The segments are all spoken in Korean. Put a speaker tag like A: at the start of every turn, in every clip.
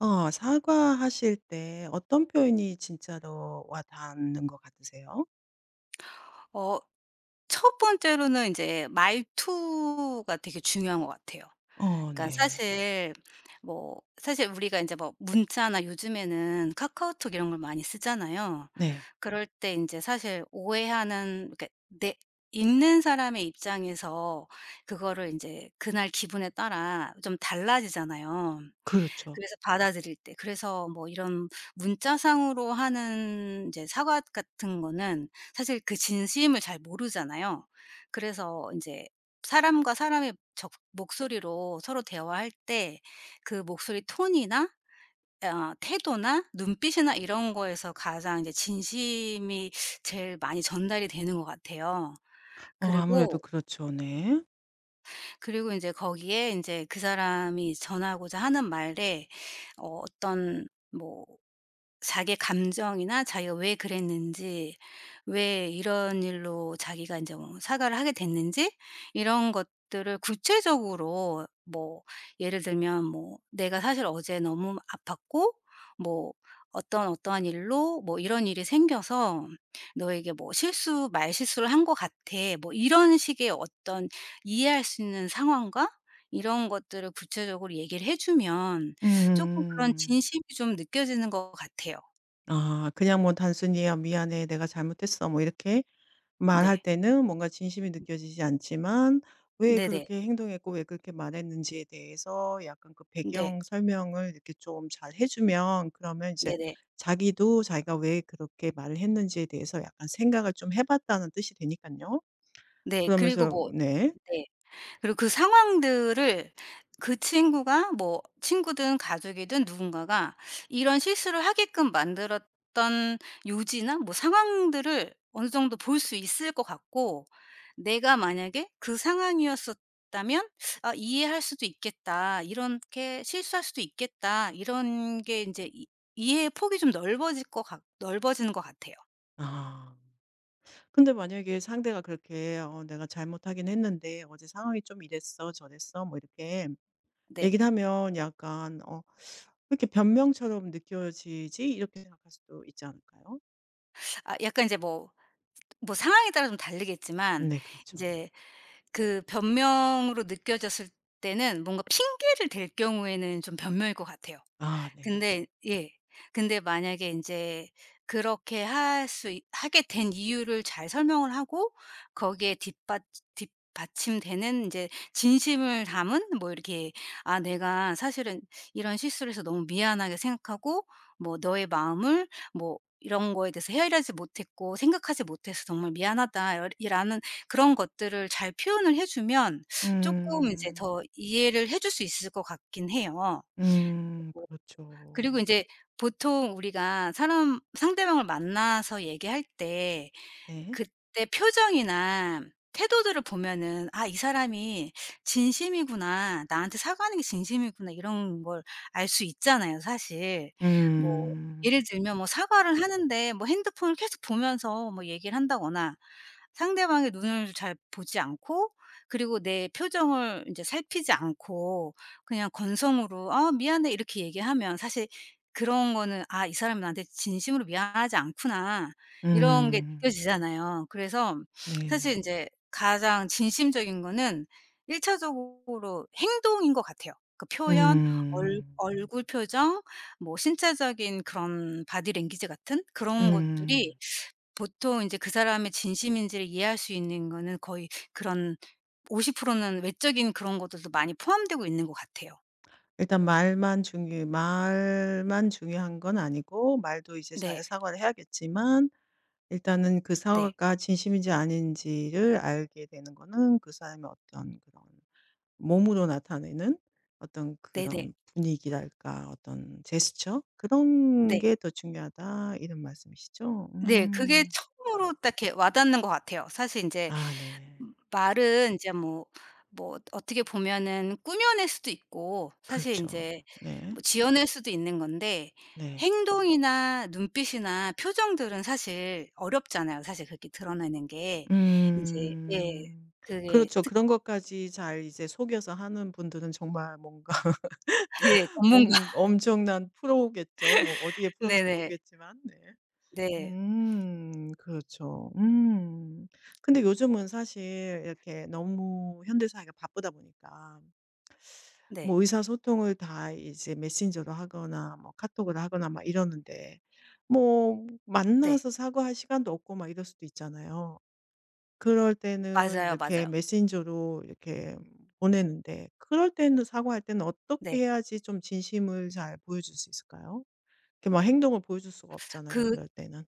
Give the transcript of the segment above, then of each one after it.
A: 사과하실 때 어떤 표현이 진짜로 와닿는 것 같으세요?
B: 어 첫 번째로는 이제 말투가 되게 중요한 것 같아요.
A: 어
B: 그러니까
A: 네.
B: 사실, 뭐 사실 우리가 이제 뭐 문자나 요즘에는 카카오톡 이런 걸 많이 쓰잖아요.
A: 네.
B: 그럴 때 이제 사실 오해하는, 그러니까 내 읽는 사람의 입장에서 그거를 이제 그날 기분에 따라 좀 달라지잖아요.
A: 그렇죠.
B: 그래서 받아들일 때, 그래서 뭐 이런 문자상으로 하는 이제 사과 같은 거는 사실 그 진심을 잘 모르잖아요. 그래서 인제 사람과 사람의 적 목소리로 서로 대화할 때, 그 목소리 톤이나 태도나 눈빛이나 이런 거에서 가장 이제 진심이 제일 많이 전달이 되는 것 같아요.
A: 아무래도
B: 그리고,
A: 그렇죠. 네.
B: 그리고 인제 거기에 인제 그 사람이 전하고자 하는 말에, 어떤 뭐 자기의 감정이나, 자기가 왜 그랬는지, 왜 이런 일로 자기가 인제 뭐 사과를 하게 됐는지 이런 것들을 구체적으로, 뭐 예를 들면 뭐 "내가 사실 어제 너무 아팠고, 뭐 어떤 어떠한 일로 뭐 이런 일이 생겨서 너에게 뭐 실수, 말실수를 한 것 같아." 뭐 이런 식의 어떤 이해할 수 있는 상황과 이런 것들을 구체적으로 얘기를 해 주면 쪼끔 그런
A: 음.
B: 진심이 좀 느껴지는 것 같아요.
A: 아, 그냥 뭐 단순히 "아 미안해. 내가 잘못했어." 뭐 이렇게
B: 네.
A: 말할 때는 뭔가 진심이 느껴지지 않지만 왜
B: 네네.
A: 그렇게 행동했고 왜 그렇게 말했는지에 대해서 약간 그
B: 네.
A: 배경 설명을 이렇게 좀 잘 해주면, 그러면 이제
B: 네네.
A: 자기도 자기가 왜 그렇게 말을 했는지에 대해서 약간 생각을 좀 해봤다는 뜻이 되니까요.
B: 네. 그리고
A: 그러면서
B: 뭐.
A: 네.
B: 네. 그리고 그 상황들을, 그 친구가 뭐 친구든 가족이든 누군가가 이런 실수를 하게끔 만들었던 요지나 뭐 상황들을 어느 정도 볼 수 있을 것 같고, 내가 만약에 그 상황이었었다면 '아, 이해할 수도 있겠다. 이렇게 실수할 수도 있겠다.' 이런 게 인제 이 이해의 폭이 좀 넓어질 것 같 넓어지는 것 같아요.
A: 아. 근데 만약에 상대가 그렇게 "어 내가 잘못하긴 했는데 어제 상황이 좀 이랬어 저랬어." 뭐 이렇게
B: 네.
A: 얘기를 하면 약간 '어 왜 이렇게 변명처럼 느껴지지?' 이렇게 생각할 수도 있지 않을까요?
B: 아, 약간 이제 뭐 뭐 상황에 따라 좀 다르겠지만,
A: 네,
B: 이
A: 그렇죠.
B: 제 그 변명으로 느껴졌을 때는 뭔가 핑계를 댈 경우에는 좀 변명일 것 같아요.
A: 아 네, 그렇죠.
B: 근데 예. 근데 만약에 인제 그렇게 할 수 있 하게 된 이유를 잘 설명을 하고, 거기에 뒷받침되는 인제 진심을 담은, 뭐 이렇게 "아, 내가 사실은 이런 실수를 해서 너무 미안하게 생각하고, 뭐 너의 마음을, 뭐 이런 거에 대해서 헤아리지 못했고 생각하지 못해서 정말 미안하다." 이러 이라는 그런 것들을 잘 표현을 해 주면 쪼끔 이제 더
A: 음.
B: 이해를 해줄 수 있을 것 같긴 해요.
A: 음,
B: 그리고
A: 그렇죠.
B: 인제 보통 우리가 사람, 상대방을 만나서 얘기할 때
A: 네.
B: 그때 표정이나 태도들을 보면은, '아, 이 사람이 진심이구나. 나한테 사과하는 게 진심이구나.' 이런 걸 알 수 있잖아요, 사실. 뭐
A: 음.
B: 예를 들면, 뭐 사과를 하는데 뭐 핸드폰을 계속 보면서 뭐 얘기를 한다거나 상대방의 눈을 잘 보지 않고, 그리고 내 표정을 인제 살피지 않고 그냥 건성으로 "아, 미안해." 이렇게 얘기하면, 사실 그런 거는 '아, 이 사람이 나한테 진심으로 미안하지 않구나.' 이런 게
A: 음.
B: 느껴지잖아요. 그래서 사실
A: 네.
B: 인제 가장 진심적인 거는 1차적으로 행동인 것 같아요. 그 표현, 얼
A: 음.
B: 얼굴 표정, 뭐 신체적인 그런 바디 랭귀지 같은 그런 것들이
A: 음.
B: 보통 이제 그 사람의 진심인지를 이해할 수 있는 거는 거의, 그런 50%는 외적인 그런 것들도 많이 포함되고 있는 것 같아요.
A: 일단 말만 중요한 건 아니고, 말도 이제 잘
B: 네.
A: 사과를 해야겠지만 일단은 그
B: 네.
A: 사과가 진심인지 아닌지를 알게 되는 거는 그 사람의 어떤 그런 몸으로 나타내는 어떤
B: 네 네. 네.
A: 그런 분위기랄까 어떤 제스처, 그런
B: 네.
A: 게 더 중요하다 이런 말씀이시죠?
B: 네. 그게
A: 음.
B: 처음으로 딱 이렇게 와 닿는 것 같아요. 사실 인제
A: 아 네.
B: 말은 인제 뭐 뭐 어떻게 보면은 꾸며낼 수도 있고, 사실
A: 그렇죠.
B: 인제
A: 네.
B: 뭐 지어낼 수도 있는 건데,
A: 네.
B: 행동이나 눈빛이나 표정들은 사실 어렵잖아요, 사실 그렇게 드러내는 게. 인제 예.
A: 음.
B: 그게.
A: 그렇죠. 그런 것까지 잘 이제 속여서 하는 분들은 정말 뭔가
B: 네. 전문가.
A: 뭔 엄청난 프로겠죠. 뭐 어디에 프로인지
B: 네네.
A: 모르겠지만. 네.
B: 네.
A: 음. 그렇죠. 음.
B: 음.
A: 근데 요즘은 사실 이렇게 너무 현대 사회가 바쁘다 보니까
B: 네.
A: 뭐 의사소통을 다 이제 메신저로 하거나 뭐 카톡으로 하거나 막 이러는데 뭐
B: 네.
A: 만나서 사과할 시간도 없고 막 이럴 수도 있잖아요. 그럴 때는
B: 맞아요,
A: 이렇게
B: 맞아요.
A: 메신저로 이렇게 보내는데, 그럴 때는 사과할 때는 어떻게
B: 네.
A: 해야지 좀 진심을 잘 보여줄 수 있을까요? 이렇게 막 행동을 보여줄 수가 없잖아요,
B: 그
A: 그럴 때는.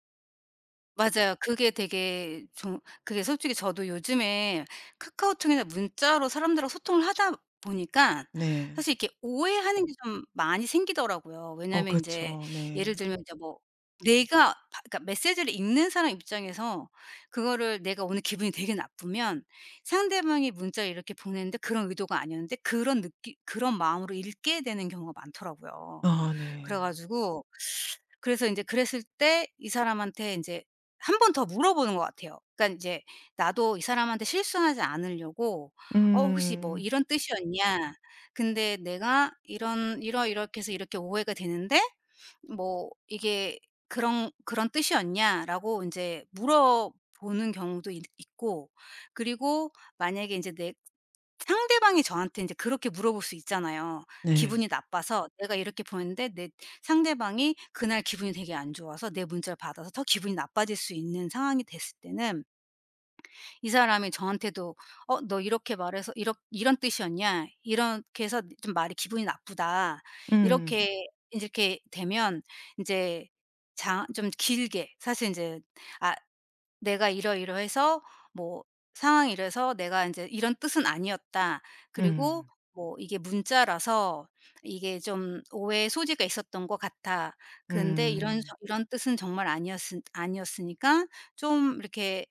B: 맞아요. 그게 되게 좀, 그게 솔직히 저도 요즘에 카카오톡이나 문자로 사람들하고 소통을 하다 보니까
A: 네.
B: 사실 이렇게 오해하는 게 좀 많이 생기더라고요.
A: 어
B: 왜냐하면 인제
A: 그렇죠.
B: 예를
A: 네.
B: 들면 이제 뭐 내가 바 그러니까 메시지를 읽는 사람 입장에서 그거를 내가 오늘 기분이 되게 나쁘면, 상대방이 문자를 이렇게 보냈는데 그런 의도가 아니었는데 그런 느끼 그런 마음으로 읽게 되는 경우가 많더라고요.
A: 아
B: 그래
A: 네.
B: 가지고, 그래서 인제 그랬을 때 이 사람한테 인제 한 번 더 물어보는 것 같아요. 그러니까 인제 나도 이 사람한테 실수하지 않으려고 "어, 혹시 뭐
A: 음.
B: 이런 뜻이었냐? 근데 내가 이런, 이러이렇게 해서 이렇게 오해가 되는데, 뭐 이게 그런, 그런 뜻이었냐?"라고 인제 물어보는 경우도 있 있고 그리고 만약에 인제 내 상대방이 저한테 인제 그렇게 물어볼 수 있잖아요.
A: 네.
B: 기분이 나빠서 내가 이렇게 보냈는데, 내 상대방이 그날 기분이 되게 안 좋아서 내 문자를 받아서 더 기분이 나빠질 수 있는 상황이 됐을 때는 이 사람이 저한테도 "어, 너 이렇게 말해서 이렇 이런 뜻이었냐? 이렇게 해서 좀 말이 기분이 나쁘다."
A: 음.
B: 이렇게 인제 이렇게 되면 인제 장 좀 길게, 사실 인제 "아, 내가 이러이러해서, 뭐 상황이 이래서 내가 이제 이런 뜻은 아니었다. 그리고
A: 음.
B: 뭐 이게 문자라서 이게 좀 오해의 소지가 있었던 것 같아. 근데 이런,
A: 음.
B: 저, 이런 뜻은 정말 아니었으니까, 좀 이렇게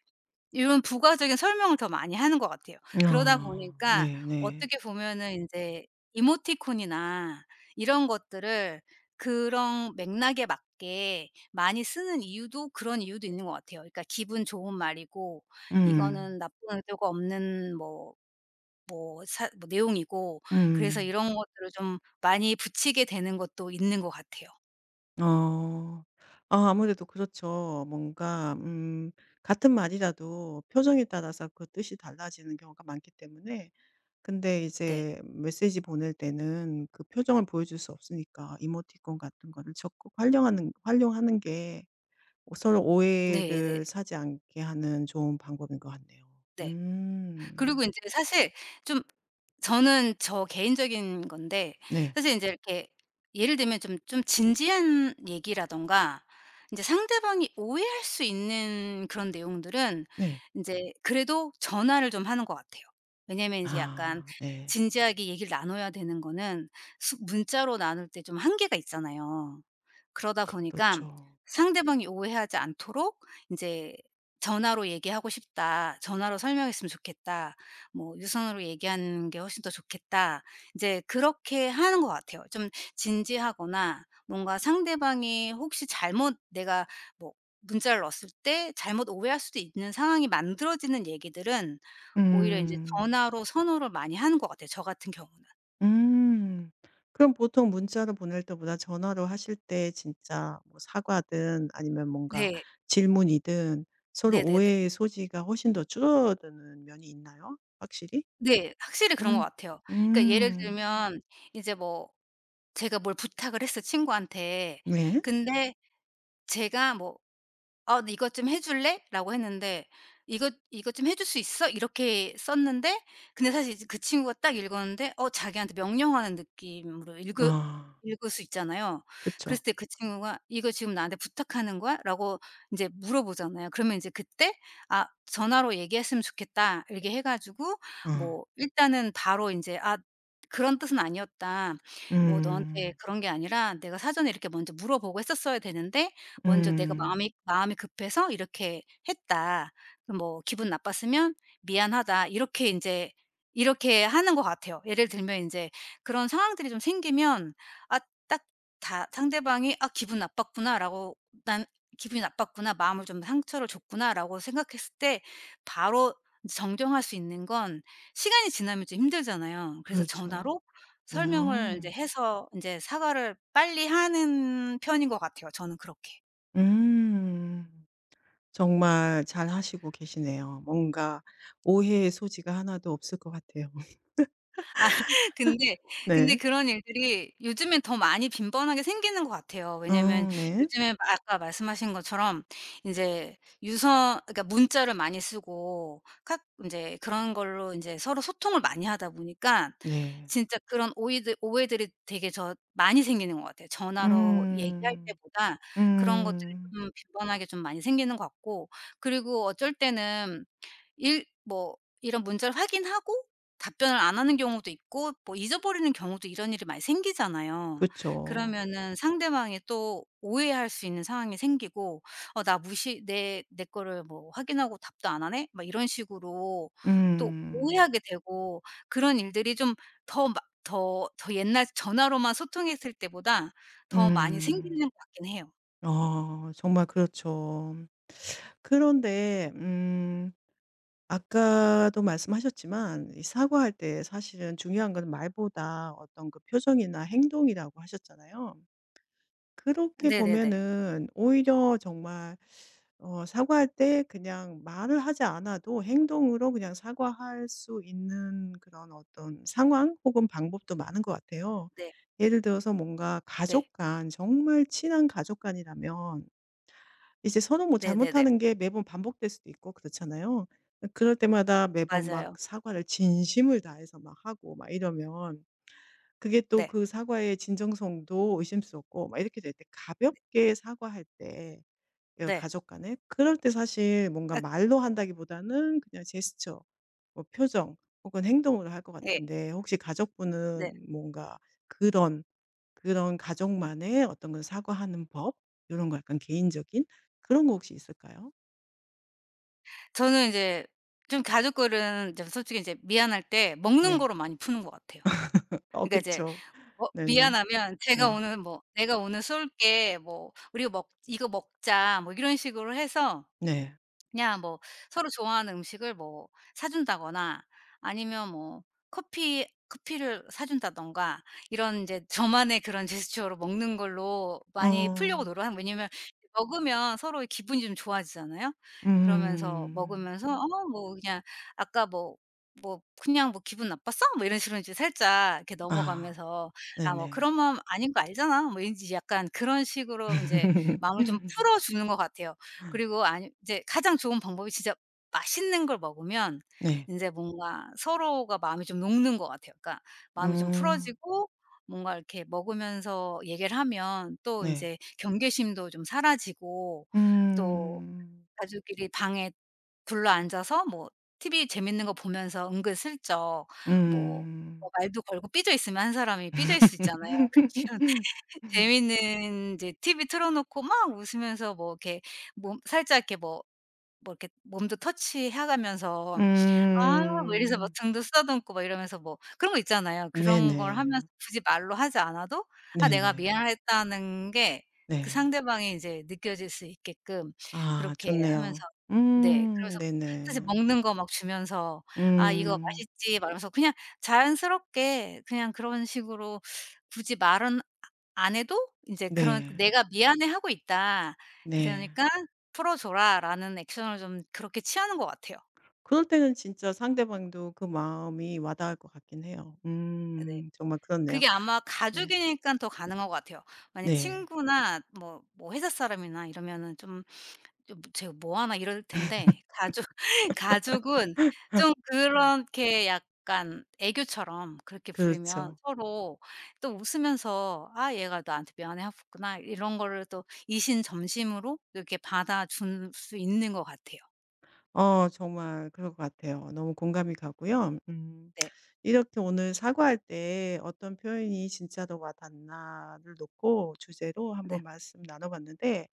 B: 이런 부가적인 설명을 더 많이 하는 것 같아요. 그러다
A: 아.
B: 보니까
A: 네네.
B: 어떻게 보면은 인제 이모티콘이나 이런 것들을 그런 맥락에 맞게 많이 쓰는 이유도, 그런 이유도 있는 것 같아요. 그러니까 기분 좋은 말이고,
A: 음.
B: 이거는 나쁜 의도가 없는 뭐, 뭐 사 뭐 내용이고, 그래서
A: 음.
B: 이런 것들을 좀 많이 붙이게 되는 것도 있는 것 같아요.
A: 어. 아 아무래도 그렇죠. 뭔가 같은 말이라도 표정에 따라서 그 뜻이 달라지는 경우가 많기 때문에 근데
B: 네.
A: 이제 메시지 보낼 때는 그 표정을 보여줄 수 없으니까 이모티콘 같은 거를 적극 활용하는 게, 서로
B: 네네. 네.
A: 오해를 사지 않게 하는 좋은 방법인 것 같네요.
B: 네.
A: 음.
B: 그리고 인제 사실 좀, 저는 저 개인적인 건데,
A: 네.
B: 사실 인제 이렇게 예를 들면 좀 좀 진지한 얘기라든가 인제 상대방이 오해할 수 있는 그런 내용들은,
A: 네.
B: 인제 그래도 전화를 좀 하는 것 같아요. 왜냐면 인제 약간
A: 아 네.
B: 진지하게 얘기를 나눠야 되는 거는 수 문자로 나눌 때 좀 한계가 있잖아요. 그러다 보니까
A: 그렇죠.
B: 상대방이 오해하지 않도록 인제 "전화로 얘기하고 싶다. 전화로 설명했으면 좋겠다. 뭐 유선으로 얘기하는 게 훨씬 더 좋겠다." 이제 그렇게 하는 것 같아요. 좀 진지하거나 뭔가 상대방이 혹시 잘못, 내가 뭐 문자를 넣었을 때 잘못 오해할 수도 있는 상황이 만들어지는 얘기들은 오히려 인제
A: 음.
B: 전화로 선호를 많이 하는 것 같아요, 저 같은 경우는.
A: 음. 그럼 보통 문자로 보낼 때보다 전화로 하실 때 진짜 뭐 사과든 아니면 뭔가
B: 네.
A: 질문이든 서로
B: 네네네.
A: 오해의 소지가 훨씬 더 줄어드는 면이 있나요? 확실히?
B: 네. 확실히 그런 것
A: 음.
B: 같아요. 그러니까 예를
A: 음.
B: 들면 이제 뭐 제가 뭘 부탁을 했어, 친구한테.
A: 네.
B: 근데 제가 뭐 "어, 너 이것 좀 해 줄래?"라고 했는데, "이것 이것 좀 해줄 수 있어?" 이렇게 썼는데, 근데 사실 이제 그 친구가 딱 읽었는데 어 자기한테 명령하는 느낌으로 읽으
A: 아.
B: 읽을 수 있잖아요.
A: 그쵸.
B: 그랬을 때 그 친구가 "이거 지금 나한테 부탁하는 거야?"라고 인제 물어보잖아요. 그러면 이제 그때 '아, 전화로 얘기했으면 좋겠다.' 이렇게 해 가지고
A: 어.
B: 뭐 일단은 바로 인제 "아, 그런 뜻은 아니었다. 뭐 너한테
A: 음.
B: 그런 게 아니라 내가 사전에 이렇게 먼저 물어보고 했었어야 되는데 먼저 내가
A: 음.
B: 마음이 급해서 이렇게 했다. 그 뭐 기분 나빴으면 미안하다." 이렇게 인제 이렇게 하는 것 같아요. 예를 들면 인제 그런 상황들이 좀 생기면, 아, 딱, 다 상대방이 '아, 기분 나빴구나.'라고, '난 기분이 나빴구나. 마음을, 좀, 상처를 줬구나.'라고 생각했을 때 바로 이제 정정할 수 있는 건, 시간이 지나면 좀 힘들잖아요. 그래서
A: 그렇죠.
B: 전화로
A: 네.
B: 설명을 인제
A: 아.
B: 해서 인제 사과를 빨리 하는 편인 것 같아요, 저는 그렇게.
A: 음. 정말 잘하시고 계시네요. 뭔가 오해의 소지가 하나도 없을 것 같아요.
B: 근데, 근데
A: 네.
B: 그런 일들이 요즘엔 더 많이 빈번하게 생기는 것 같아요. 왜냐면
A: 어 네.
B: 요즘에 마 아까 말씀하신 것처럼, 인제 유선, 그러니까 문자를 많이 쓰고 카 인제 그런 걸로 인제 서로 소통을 많이 하다 보니까
A: 네.
B: 진짜 그런 오이드 오해들이 되게 저 많이 생기는 것 같아요, 전화로 얘기할
A: 음.
B: 때보다. 그런 것들이
A: 음.
B: 좀 빈번하게 좀 많이 생기는 것 같고, 그리고 어쩔 때는 일, 뭐 이런 문자를 확인하고 답변을 안 하는 경우도 있고 뭐 잊어버리는 경우도, 이런 일이 많이 생기잖아요.
A: 그죠.
B: 그러면은 상대방이 또 오해할 수 있는 상황이 생기고 '어, 나 무시 내 거를 뭐 확인하고 답도 안 하네?' 막 이런 식으로 또
A: 음.
B: 오해하게 되고 그런 일들이 좀 더 막 더 옛날 전화로만 소통했을 때보다 더 많이
A: 음.
B: 생기는 것 같긴 해요.
A: 정말 그렇죠. 그런데 아까도 말씀하셨지만 이 사과할 때 사실은 중요한 건 말보다 어떤 그 표정이나 행동이라고 하셨잖아요. 그렇게
B: 네네네.
A: 보면은 오히려 정말 어 사과할 때 그냥 말을 하지 않아도 행동으로 그냥 사과할 수 있는 그런 어떤 상황 혹은 방법도 많은 것 같아요.
B: 네.
A: 예를 들어서 뭔가
B: 네.
A: 가족 간, 정말 친한 가족 간이라면 이제 서로 뭐
B: 네네네.
A: 잘못하는 게 매번 반복될 수도 있고 그렇잖아요. 그럴 때마다 매번 막
B: 맞아요.
A: 사과를 진심을 다해서 막 하고 막 이러면 그게 또
B: 네.
A: 그 사과의 진정성도 의심스럽고 막 이렇게 될 때 가볍게 사과할 때, 예,
B: 네.
A: 가족 간에 그럴 때 사실 뭔가
B: 아
A: 말로 한다기보다는 그냥 제스처, 뭐 표정 혹은 행동으로 할 것
B: 예.
A: 같은데, 혹시
B: 네.
A: 가족분은 뭔가 그런 그런 가족만의 어떤 그 사과하는 법, 이런 거 약간 개인적인 그런 거 혹시 있을까요?
B: 저는 이제 좀 가족들은 좀 솔직히 이제 미안할 때 먹는
A: 네.
B: 거로 많이 푸는 것 같아요.
A: 어
B: 그러니까 이제
A: 그쵸.
B: 뭐
A: 네네.
B: 미안하면 "제가
A: 네.
B: 오늘, 뭐 내가 오늘 쏠게." 뭐 "우리 먹 이거 먹자." 뭐 이런 식으로 해서
A: 네.
B: 그냥 뭐 서로 좋아하는 음식을 뭐 사준다거나 아니면 뭐 커피를 사준다든가, 이런 이제 저만의 그런 제스처로 먹는 걸로 많이 풀려고
A: 어.
B: 노력하는, 왜냐면 먹으면 서로의 기분이 좀 좋아지잖아요. 그러면서
A: 음.
B: 먹으면서 어 뭐 그냥 "아까 뭐 뭐 그냥 뭐 기분 나빴어?" 뭐 이런 식으로 이제 살짝 이렇게
A: 아.
B: 넘어가면서 "아 뭐
A: 네네.
B: 그런 마음 아닌 거 알잖아." 뭐 이제 약간 그런 식으로 이제 마음을 좀 풀어주는 것 같아요. 그리고 아니 이제 가장 좋은 방법이 진짜 맛있는 걸 먹으면
A: 네.
B: 인제 뭔가 서로가 마음이 좀 녹는 것 같아요. 그러니까 마음이 좀
A: 어.
B: 풀어지고 뭔가 이렇게 먹으면서 얘기를 하면 또
A: 네.
B: 인제 경계심도 좀 사라지고, 또
A: 음.
B: 가족끼리 방에 둘러앉아서 뭐 TV 재밌는 거 보면서 은근슬쩍 뭐 뭐
A: 음.
B: 말도 걸고, 삐져 있으면 한 사람이 삐져 있을 수 있잖아요. 재밌는 이제 TV 틀어 놓고 막 웃으면서 뭐 이렇게 몸 살짝 이렇게 뭐 뭐 이렇게 몸도 터치해 가면서, 아, 뭐 이래서 막
A: 음.
B: 등도 쓰다듬고 막 이러면서 뭐 그런 거 있잖아요. 그런 걸
A: 네네.
B: 하면서, 굳이 말로 하지 않아도 아 내가
A: 네네.
B: 미안했다는 게 그
A: 네.
B: 상대방이 이제 느껴질 수 있게끔
A: 아
B: 그렇게 하면서,
A: 좋네요.
B: 네,
A: 음.
B: 그래서 사실
A: 네네.
B: 먹는 거 막 주면서 "아 이거
A: 음.
B: 맛있지." 막 이러면서 그냥 자연스럽게 그냥 그런 식으로 굳이 말은 안 해도 인제 그런
A: 네.
B: "내가 미안해하고 있다.
A: 네.
B: 그러니까 풀어 줘라."라는 액션을 좀 그렇게 취하는 것 같아요.
A: 그럴 때는 진짜 상대방도 그 마음이 와 닿을 것 같긴 해요.
B: 네,
A: 정말 그렇네요.
B: 그게 아마
A: 네.
B: 가족이니깐 더 가능한 것 같아요. 만약
A: 네.
B: 친구나 뭐 뭐 회사 사람이나 이러면은 좀 좀 '제가 뭐 하나.' 이럴 텐데, 가족 가족은 좀 그렇게 약간 애교처럼 그렇게 부리면
A: 그렇죠.
B: 서로 또 웃으면서 '아 얘가 나한테 미안해 하겠구나.' 이런 거를 또 이심점심으로 이렇게 받아줄 수 있는 것 같아요.
A: 정말 그럴 것 같아요. 너무 공감이 가고요.
B: 네.
A: 이렇게 오늘 사과할 때 어떤 표현이 진짜 더 와닿나를 놓고 주제로
B: 네.
A: 한번 말씀 나눠 봤는데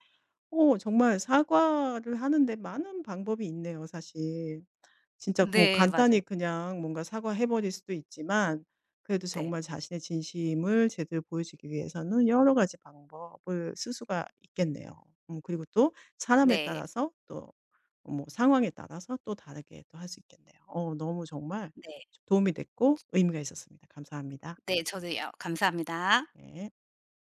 A: 오, 정말 사과를 하는데 많은 방법이 있네요, 사실. 진짜 뭐
B: 네 맞아요.
A: 간단히 그냥 뭔가 사과해 버릴 수도 있지만 그래도
B: 네.
A: 정말 자신의 진심을 제대로 보여주기 위해서는 여러 가지 방법을 쓸 수가 있겠네요. 그리고 또 사람에
B: 네.
A: 따라서 또 뭐 상황에 따라서 또 다르게 또 할 수 있겠네요. 너무 정말
B: 네.
A: 도움이 됐고 의미가 있었습니다. 감사합니다.
B: 네 저도요. 감사합니다.
A: 네.